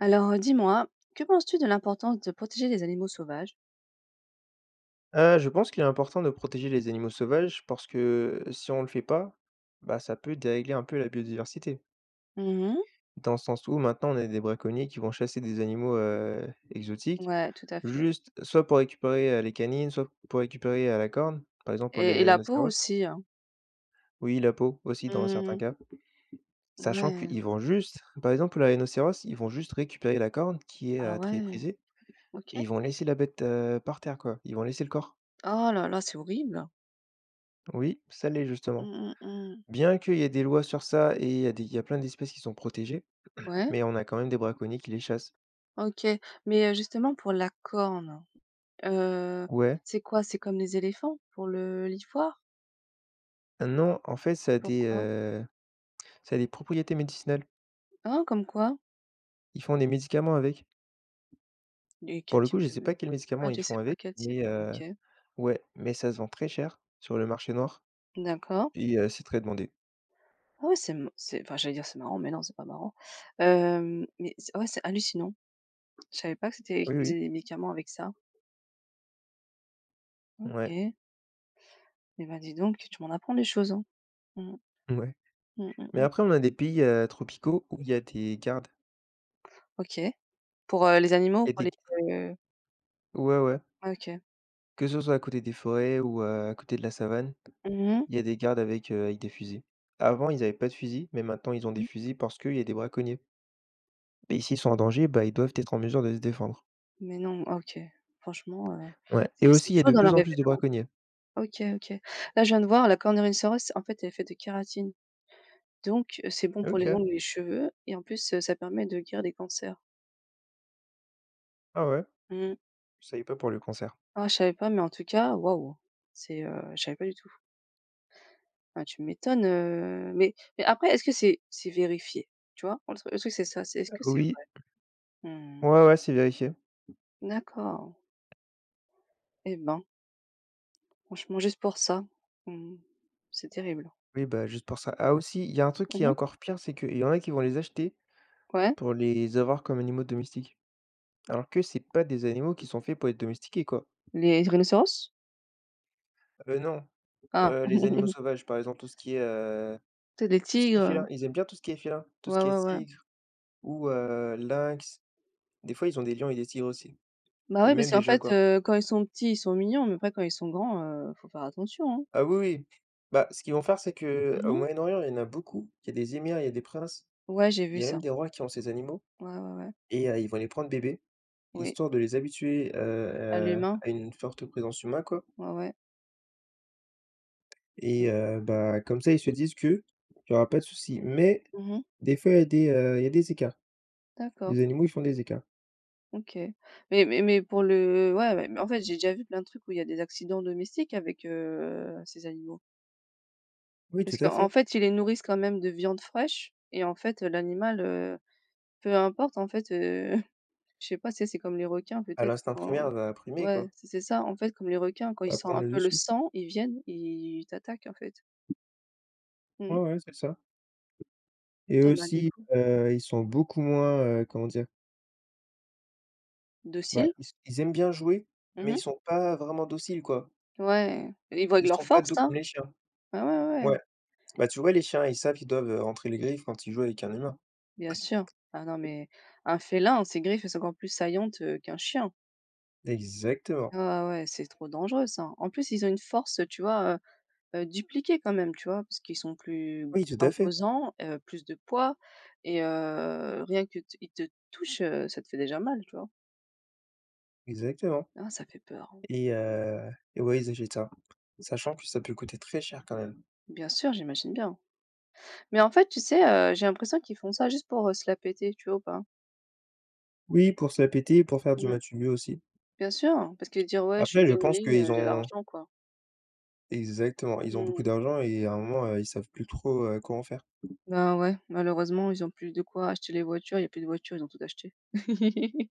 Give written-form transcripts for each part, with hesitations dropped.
Alors, dis-moi, que penses-tu de l'importance de protéger les animaux sauvages? Je pense qu'il est important de protéger les animaux sauvages parce que si on ne le fait pas, bah, ça peut dérégler un peu la biodiversité. Mmh. Dans le sens où maintenant on a des braconniers qui vont chasser des animaux, exotiques, Ouais, tout à fait. juste soit pour récupérer, les canines, soit pour récupérer, la corne, par exemple pour et les et la peau rhinocéros. aussi, hein. Oui, la peau aussi dans certains Mmh. cas. Sachant Ouais. qu'ils vont juste par exemple pour le rhinocéros, ils vont juste récupérer la corne qui est, Ah très ouais, prisée, OK. et ils vont laisser la bête, par terre quoi, ils vont laisser le corps. Oh là là, c'est horrible. Oui, ça l'est justement. Mmh, mh, mmh. Bien qu'il y ait des lois sur ça et il y a plein d'espèces qui sont protégées, Ouais, mais on a quand même des braconniers qui les chassent. OK. Mais, justement pour la corne, heu, Ouais. c'est quoi? C'est comme les éléphants pour le l'ivoire? Ah non, en fait, Pourquoi? Ça a des propriétés médicinales. Hein, comme quoi? Ils font des médicaments avec. Et quel Pour le coup, type je ne sais de, pas quels médicaments ah, ils je font sais pas avec, quel type? mais OK, ouais, mais ça se vend très cher sur le marché noir d'accord. et c'est très demandé. Ah ouais, c'est, enfin, j'allais dire c'est marrant, mais non, c'est pas marrant. Mais c'est ouais, c'est hallucinant. Je savais pas que c'était Oui, qu'ils oui, faisaient des médicaments avec ça. ouais, OK. Et ben dis donc, tu m'en apprends des choses, hein. Mmh. ouais. Mmh, mmh, Mais mmh. après, on a des pays, tropicaux où il y a des gardes, OK. Pour, les il animaux? y a Pour des les, heu ouais, ouais, ah, OK. que ce soit à côté des forêts ou à côté de la savane. Mmh, mh. Il y a des gardes avec des fusils. Avant, ils avaient pas de fusils, mais maintenant ils ont des Mmh. fusils parce qu'il y a des braconniers, et s'ils sont en danger, bah, ils doivent être en mesure de se défendre. Mais non, ah OK. Franchement, Ouais, et c'est aussi il y a chaud de d'en plus en arriver plus de là, braconniers. hein. OK, OK. Là, je viens de voir, la Cornerinosaurus, en fait, elle est faite de kératine. Donc, c'est bon pour les OK. ongles et les cheveux, et en plus, ça permet de guérir des cancers. Ah ouais, Mmh. je savais pas pour le concert. Ah je savais pas, mais en tout cas, waouh, je savais pas du tout. Ah tu m'étonnes, mais après, est-ce que c'est vérifié? Tu vois? Le truc c'est ça, c'est est-ce que c'est Oui, vrai? Mmh. ouais, ouais, c'est vérifié. D'accord. Eh ben, franchement, juste pour ça, mmh, c'est terrible. Oui, bah, juste pour ça. Ah aussi, il y a un truc qui est Mmh. encore pire, c'est qu'il y en a qui vont les acheter Ouais, pour les avoir comme animaux domestiques, alors que c'est pas des animaux qui sont faits pour être domestiqués, quoi. les rhinocéros? Non, Ah, les animaux sauvages, par exemple, tu sais, les tout ce qui est tigres, félin, ils aiment bien tout ce qui est félin, tout ce ouais, qui est ouais, ouais. tigre, ou lynx. Des fois ils ont des lions et des tigres aussi, Bah et ouais, même parce des qu'en fait, jaguars. Quand ils sont petits, ils sont mignons, mais après, quand ils sont grands, faut faire attention, hein. Ah oui, oui, bah, ce qu'ils vont faire, c'est que au Mmh. Moyen-Orient, il y en a beaucoup, il y a des émirs, il y a des princes, Ouais, j'ai il vu y a même ça. des rois qui ont ces animaux, Ouais, ouais, ouais. et ils vont les prendre bébés, Oui, histoire de les habituer, à l'humain. à une forte présence humaine, quoi. Ouais, ouais. Et Mais, bah, comme ça, ils se disent qu'il y aura pas de souci. Mais mmh, des fois, il y a des, écarts. d'accord. Les animaux, ils font des écarts. OK. Mais pour le ouais, ouais, mais en fait, j'ai déjà vu plein de trucs où il y a des accidents domestiques avec, ces animaux. Oui, tout Parce à qu'en en fait. fait, ils les nourrissent quand même de viande fraîche, et en fait, l'animal, peu importe en fait, je sais pas, c'est comme les requins À peut-être, l'instinct primaire quand va primer, quoi. ouais, c'est ça, en fait, comme les requins, quand Ça ils va sentent prendre un le peu le dessus. sang, ils viennent, ils t'attaquent, en fait. Ouais, Mmh. ouais, c'est ça. Et Et ben, des aussi, coup, ils sont beaucoup moins, comment dire? Bah, dociles. ils aiment bien jouer, mais Mmh. ils sont pas vraiment dociles, quoi. Ouais, ils voient que Ils leur sont pas force, doux comme hein. les chiens. Ouais, ouais, ouais. Ouais. Bah, tu vois, les chiens, ils savent qu'ils doivent, rentrer les griffes quand ils jouent avec un humain. Bien sûr. Ah non, mais un félin, ses griffes, elles sont encore plus saillantes, qu'un chien. Exactement. Ah ouais, c'est trop dangereux, ça. En plus, ils ont une force, tu vois, dupliquée quand même, tu vois? Parce qu'ils sont plus Oui, tout à fait. imposants, plus de poids, et rien que t ils te touchent, ça te fait déjà mal, tu vois? Exactement. Ah, ça fait peur, hein. Et ouais, ils achètent ça. Sachant que ça peut coûter très cher quand même. Bien sûr, j'imagine bien. Mais en fait, tu sais, j'ai l'impression qu'ils font ça juste pour, se la péter, tu vois ou pas? Oui, pour se la péter, pour faire du Mmh. matou aussi. Bien sûr, parce qu'ils disent: «Ouais, je suis Après, je bling pense bling, qu'ils j'ai ont... l'argent, quoi». Exactement, ils ont Mmh. beaucoup d'argent et à un moment, ils savent plus trop, quoi en faire. Bah, ouais, malheureusement, ils ont plus de quoi acheter les voitures, il y a plus de voitures, ils ont tout acheté.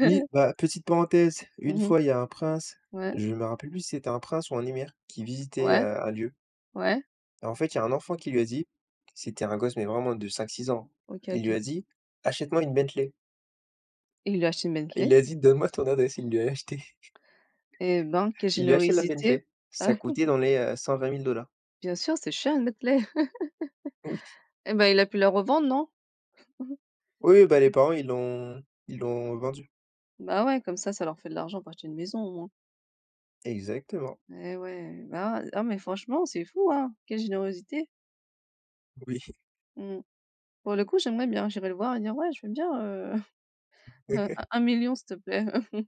Oui, bah, petite parenthèse, une Mmh. fois, il y a un prince, Ouais, je me rappelle plus si c'était un prince ou un émir qui visitait, ouais, un lieu, ouais, et en fait, il y a un enfant qui lui a dit, c'était un gosse mais vraiment de cinq six ans. OK, Il lui a OK. dit: «Achète-moi une Bentley». Et il a acheté une Et il Bentley. lui a dit: «Donne-moi ton adresse». Il lui a acheté Eh ben, quelle il lui a acheté la générosité! Bentley. Ça Ah, coûtait dans les, cent vingt mille dollars. bien sûr, c'est cher une Bentley. Oui. Eh ben, il a pu la revendre, non? Oui, bah, les parents, ils l'ont vendu. Bah, ouais, comme ça leur fait de l'argent pour acheter une maison au moins. Exactement, Eh ouais, bah, ah mais franchement, c'est fou, hein, quelle générosité. oui. Mmh. Pour le coup, j'aimerais bien, j'irai le voir et dire: «Ouais, je veux bien, un 1 000, s'il te plaît».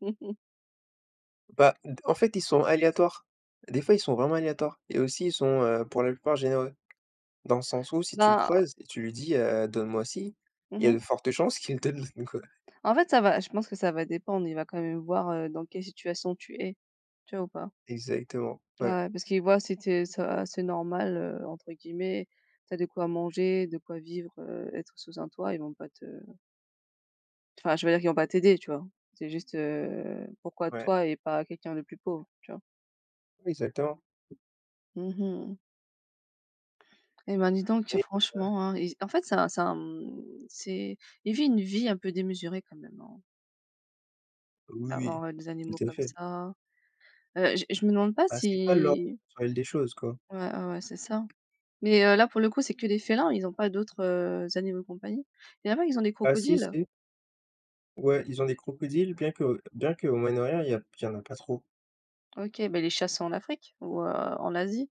Bah, d en fait, ils sont aléatoires. Des fois, ils sont vraiment aléatoires et aussi ils sont, pour la plupart généreux. Dans le sens où si tu le Bah, creuses et tu lui dis: «Donne-moi ci», il y a mmh. de fortes chances qu'il te le donne, quoi. En fait, ça va je pense que ça va dépendre. Il va quand même voir, dans quelle situation tu es, tu vois ou pas? Exactement, ouais, Ouais, parce qu'il voit si tu ça «c'est normal», entre guillemets. T'as de quoi manger, de quoi vivre, être sous un toit, ils vont pas te enfin, je veux dire qu'ils vont pas t'aider, tu vois? C'est juste, pourquoi ouais, toi et pas quelqu'un de plus pauvre, tu vois? oui, exactement. Mmh, mh. Eh ben, dis donc, Mais franchement, hein, il en fait, c'est un, mmh, c'est il vit une vie un peu démesurée quand même, hein, oui, oui, avoir, des animaux tout à comme fait. ça. Je me demande pas Bah, c'est pas leur si naturel des choses, quoi. ouais, ouais, ouais, c'est ça. Mais, là, pour le coup, c'est que des félins, ils ont pas d'autres, animaux de compagnie? Et là-bas, ils ont des Ah si, crocodiles? si, ouais, ils ont des crocodiles, bien qu'au Moyen-Orient, il y en a pas trop. OK, bah, ils les chassent en Afrique ou, en Asie?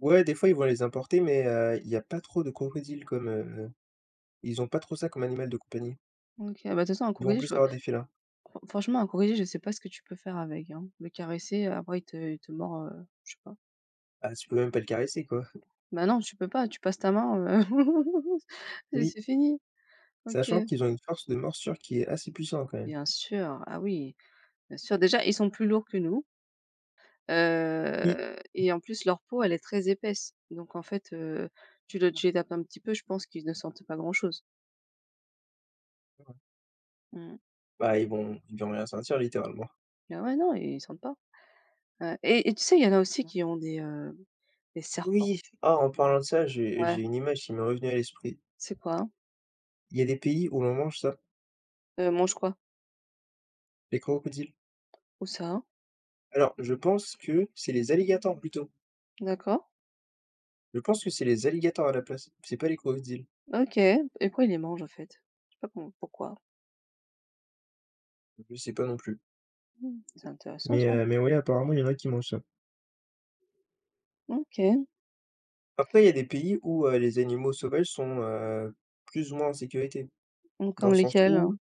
Ouais, des fois, ils vont les importer, mais il y a pas trop de crocodiles comme, ils ont pas trop ça comme animal de compagnie. OK, bah, de toute façon, un Ils vont crocodile, je plus avoir des félins. fran franchement, un crocodile, je sais pas ce que tu peux faire avec, hein. Le caresser, après, il te mord, je sais pas. Ah, tu peux même pas le caresser, quoi. Bah, non, tu peux pas, tu passes ta main, c'est Oui, c'est fini. OK. sachant qu'ils ont une force de morsure qui est assez puissante, quand même. Bien sûr, ah oui, bien sûr. Déjà, ils sont plus lourds que nous. Oui, Et en plus, leur peau, elle est très épaisse. Donc en fait, tu les tapes un petit peu, je pense qu'ils ne sentent pas grand chose. ouais. Mmh. Bah, ils vont rien sentir, littéralement. Ah ouais, non, ils sentent pas. Ouais, et tu sais, il y en a aussi qui ont des serpents. Oui! Ah, en parlant de ça, j'ai Ouais, j'ai une image qui m'est revenue à l'esprit. c'est quoi, hein? Il y a des pays où l'on mange ça, Mange quoi? les crocodiles. Ou ça? Hein? Alors, je pense que c'est les alligators, plutôt. D'accord. Je pense que c'est les alligators à la place, c'est pas les crocodiles. OK, et pourquoi ils les mangent en fait? Je sais pas, com pourquoi? Je sais pas non plus. Mmh, c'est intéressant, Mais ça. heu, mais oui, apparemment, il y en a qui mangent ça. OK. Après, il y a des pays où, les animaux sauvages sont, plus ou moins en sécurité. Mmh, Dans comme le sens lesquels? où, Hein?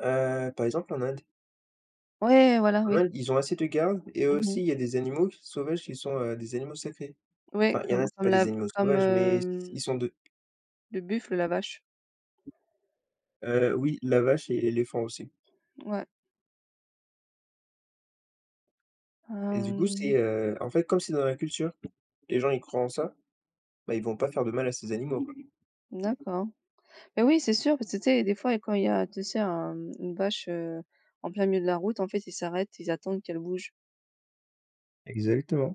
par exemple en Inde. Ouais, voilà, oui. Ouais, ils ont assez de gardes et aussi Mmh. il y a des animaux qui sauvages qui sont, des animaux sacrés. Ouais, Enfin, il y en a, comme c'est comme pas des animaux comme, sauvages, mais ils hem, sont 2. le buffle, la vache. Oui, la vache et l'éléphant aussi. Ouais. Et du coup, c'est, en fait, comme c'est dans la culture, les gens, ils croient en ça, bah, ils vont pas faire de mal à ces animaux, quoi. D'accord. Mais oui, c'est sûr, parce que tu sais, des fois, quand il y a, tu sais, une vache, en plein milieu de la route, en fait, ils s'arrêtent, ils attendent qu'elle bouge. Exactement.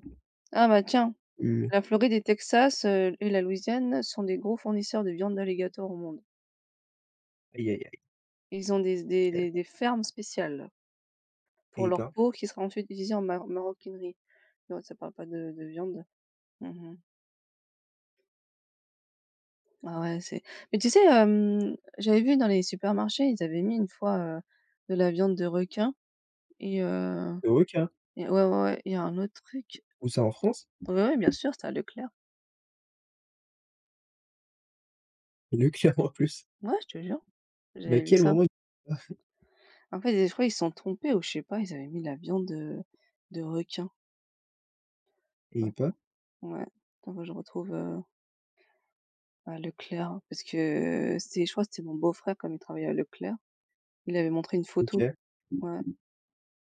Ah bah tiens, Heu, la Floride et Texas, et la Louisiane sont des gros fournisseurs de viande d'alligator au monde. Aïe, aïe, aïe, Ils ont des, des, aïe. des, des fermes spéciales pour Eh leur ben, peau qui sera ensuite utilisée en maroquinerie. Non, ça parle pas de viande. Mhm. Ah ouais, c'est. Mais tu sais, j'avais vu dans les supermarchés, ils avaient mis une fois, de la viande de requin. Et, le requin, ouais, ouais, ouais, il y a un autre truc. ou ça en France? Ouais, ouais, bien sûr, c'était à Leclerc. Le clame en plus. Ouais, je te jure, Mais à j'avais vu quel ça. moment? En fait, je crois qu'ils se sont trompés, ou je sais pas, ils avaient mis la viande de requin. Eh ben. Attends. Ouais, attends, faut que je retrouve, à Leclerc. Parce que c'était, je crois que c'était mon beau-frère, comme il travaillait à Leclerc. Il avait montré une photo. OK. Ouais.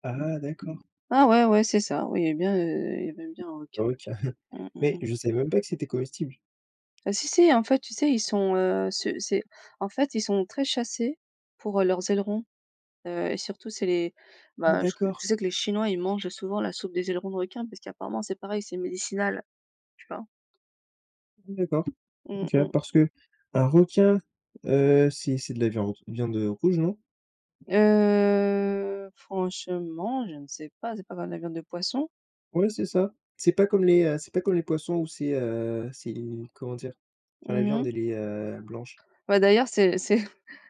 Ah d'accord. Ah ouais, ouais, c'est ça. Oui, il y avait bien un requin. OK. Mm, mm, Mais mm. je savais même pas que c'était comestible. Ah, si, si, en fait, tu sais, c'est, en fait, ils sont très chassés pour, leurs ailerons. Et surtout, c'est les Ah bah, je d'accord, je sais que les Chinois, ils mangent souvent la soupe des ailerons de requin parce qu'apparemment, c'est pareil, c'est médicinal, tu vois? d'accord. Mmh, OK, mh. parce que un requin, c'est de la viande, rouge, non? Franchement, je ne sais pas, c'est pas comme la viande de poisson. Ouais, c'est ça. C'est pas comme les poissons où c'est comment dire? Enfin la viande Mmh. elle est, blanche. Bah, d'ailleurs, c'est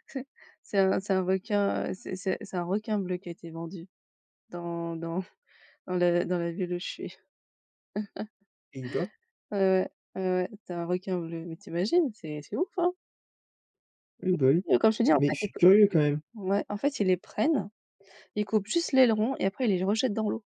c'est un requin, c'est un requin bleu qui a été vendu dans dans dans la ville où je suis. Eh ben, Ouais, ouais, ouais, ouais, tu un requin bleu, mais t'imagines, c'est ouf, hein? eh ben, oui. Et comme je te dis, en Mais fait, je ils suis curieux ils quand même. ouais, en fait, ils les prennent ils coupent juste l'aileron et après, ils les rejettent dans l'eau.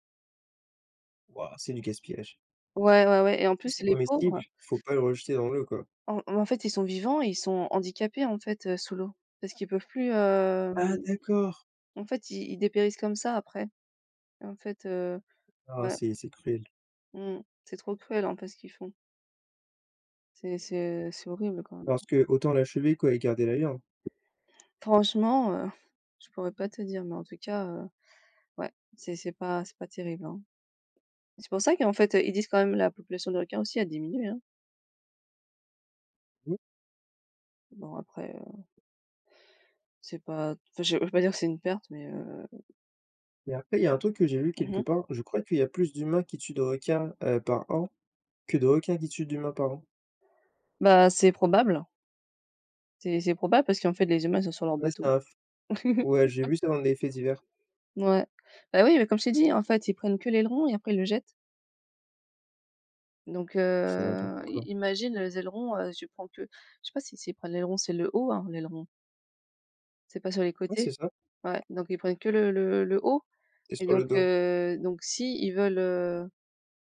Waouh, c'est du gaspillage. Ouais, ouais, ouais, et en Si plus, c'est les comestible, pauvres, faut pas le rejeter dans l'eau, quoi. En fait, ils sont vivants et ils sont handicapés, en fait, sous l'eau. Parce qu'ils peuvent plus, Ah d'accord! en fait, ils dépérissent comme ça après. Et en fait, Ah, ouais, c'est cruel. mmh, c'est trop cruel, en fait, ce qu'ils font. C'est horrible quand même. Parce que autant l'achever, quoi, et garder la viande. Franchement, je pourrais pas te dire, mais en tout cas, ouais, c'est pas terrible, hein. C'est pour ça qu'en fait, ils disent quand même, la population de requins aussi a diminué, hein. Oui, Bon après, c'est pas enfin, je veux pas dire que c'est une perte, mais, mais après, il y a un truc que j'ai vu quelque mmh. part, je crois qu'il y a plus d'humains qui tuent de requins, par an, que de requins qui tuent d'humains par an. Bah, c'est probable, c'est probable parce qu'en fait, les humains, ils sont sur leur Ouais, c'est bateau. un f ouais, j'ai vu ça dans des faits divers. Ouais. Bah, oui, mais comme je t'ai dit, en fait, ils prennent que l'aileron et après, ils le jettent. Donc, C'est n'importe i quoi. imagine les ailerons, tu prends que je sais pas si s'ils prennent l'aileron, c'est le haut, hein, l'aileron? C'est pas sur les Ouais, c'est côtés? ça, Ouais, donc ils prennent que le haut, c'est et sur le donc, dos. Si ils veulent,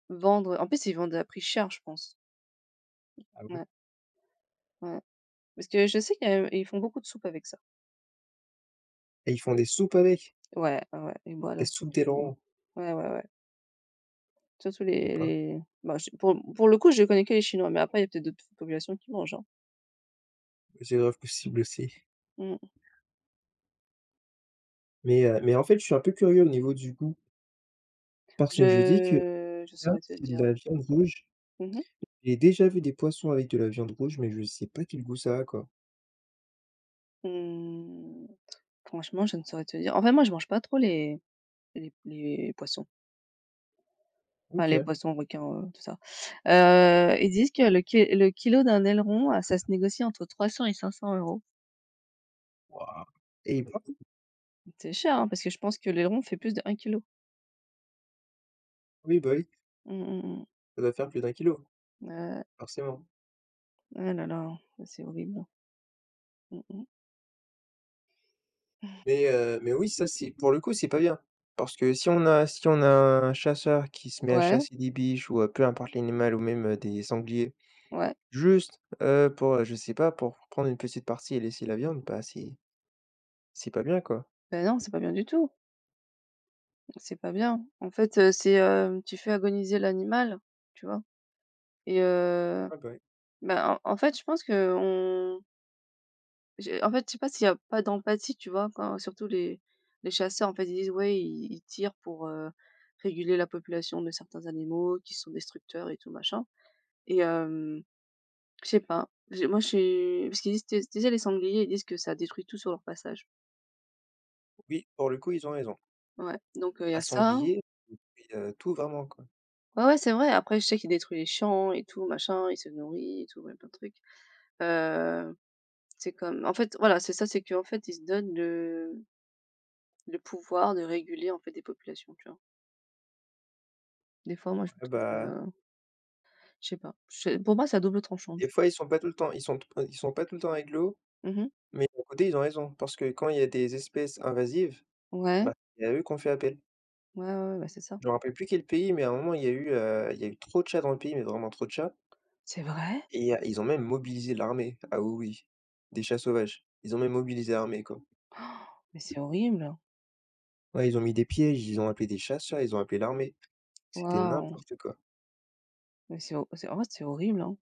vendre, en plus ils vendent à prix cher, je pense. Ah ouais? Ouais, ouais. Parce que je sais qu'ils font beaucoup de soupe avec ça. Et ils font des soupes avec, Ouais, ouais, ils boivent des la soupe. soupes Pardon. d'ailerons, Ouais, ouais, ouais. Surtout et pas... les Bah, je pour le coup, je connais que les chinois, mais après, il y a peut-être d'autres populations qui mangent, hein. C'est grave possible aussi. Mmh. Mais en fait, je suis un peu curieux au niveau du goût, parce que je dis que Je là, saurais te c'est de dire. la viande rouge. Mmh, mh. J'ai déjà vu des poissons avec de la viande rouge, mais je sais pas quel goût ça a, quoi. Mmh, franchement, je ne saurais te dire. En fait, moi, je mange pas trop les poissons. Enfin, les OK. poissons, requins, tout ça. Ils disent que le kilo d'un aileron, ça se négocie entre 300 et 500 euros. Waouh, et il porte? C'est cher, hein, parce que je pense que l'aileron fait plus de 1 kilo. Oui, bah, oui, Mmh, mh, mh. ça doit faire plus d'un kilo Heu, forcément. ah là là, ça c'est horrible. Mmh, mh. Mais oui, ça, c'est pour le coup, c'est pas bien. Parce que si on a un chasseur qui se met à Ouais, chasser des biches ou, peu importe l'animal ou même, des sangliers, ouais. juste, pour, je sais pas, pour prendre une petite partie et laisser la viande, bah, c'est pas bien, quoi. Ben non, c'est pas bien du tout. C'est pas bien. En fait, tu fais agoniser l'animal, tu vois? Et, Ah bah. bah, en fait, je pense qu'on j'ai en fait, je sais pas s'il y a pas d'empathie, tu vois? Quand surtout les chasseurs, en fait, ils disent: «Ouais, ils tirent pour, réguler la population de certains animaux qui sont destructeurs et tout machin», et, je sais pas, j'ai moi, je suis parce qu'ils disent, tu sais, les sangliers, ils disent que ça détruit tout sur leur passage. Oui, pour le coup, ils ont raison. Ouais, donc il y À a ça. sanglier, mais tout vraiment, quoi. Ouais, ouais, c'est vrai. Après, je sais qu'ils détruisent les champs et tout machin, ils se nourrissent et tout, ouais, plein de trucs. Heu, c'est comme en fait, voilà, c'est ça, c'est qu'en fait, ils se donnent le pouvoir de réguler, en fait, des populations, tu vois? Des fois, moi, je me Ouais, trouve, bah, je sais pas, je pour moi, c'est à double tranchant, des tu fois, ils sont pas tout le temps ils sont pas tout le temps agglo, vois? Mmh. mais d'un côté, ils ont raison parce que quand il y a des espèces invasives, Ouais, bah, c'est à eux qu'on fait appel. ouais, ouais, ouais, bah, c'est ça. Je me rappelle plus quel pays, mais à un moment, il y a eu trop de chats dans le pays, mais vraiment trop de chats, C'est vrai? et ils ont même mobilisé l'armée. Ah oui, oui, des chats sauvages. Ils ont même mobilisé l'armée, quoi. Mais c'est horrible! Ouais, ils ont mis des pièges, ils ont appelé des chasseurs, ils ont appelé l'armée. C'était Waouh! n'importe quoi. Mais c'est en vrai, c'est horrible, hein.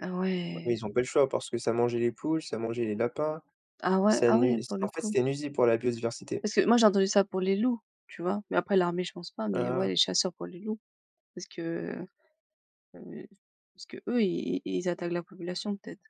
Ah Ouais, mais ouais. ils ont pas le choix parce que ça mangeait les poules, ça mangeait les lapins. Ah ouais, Ça ah nui ouais, pour En le fait, coup. c'était nuisible pour la biodiversité. Parce que moi, j'ai entendu ça pour les loups, tu vois? Mais après l'armée, je pense pas, mais ouais, Heu, les chasseurs pour les loups. Parce que, heu, eux, ils attaquent la population, peut-être.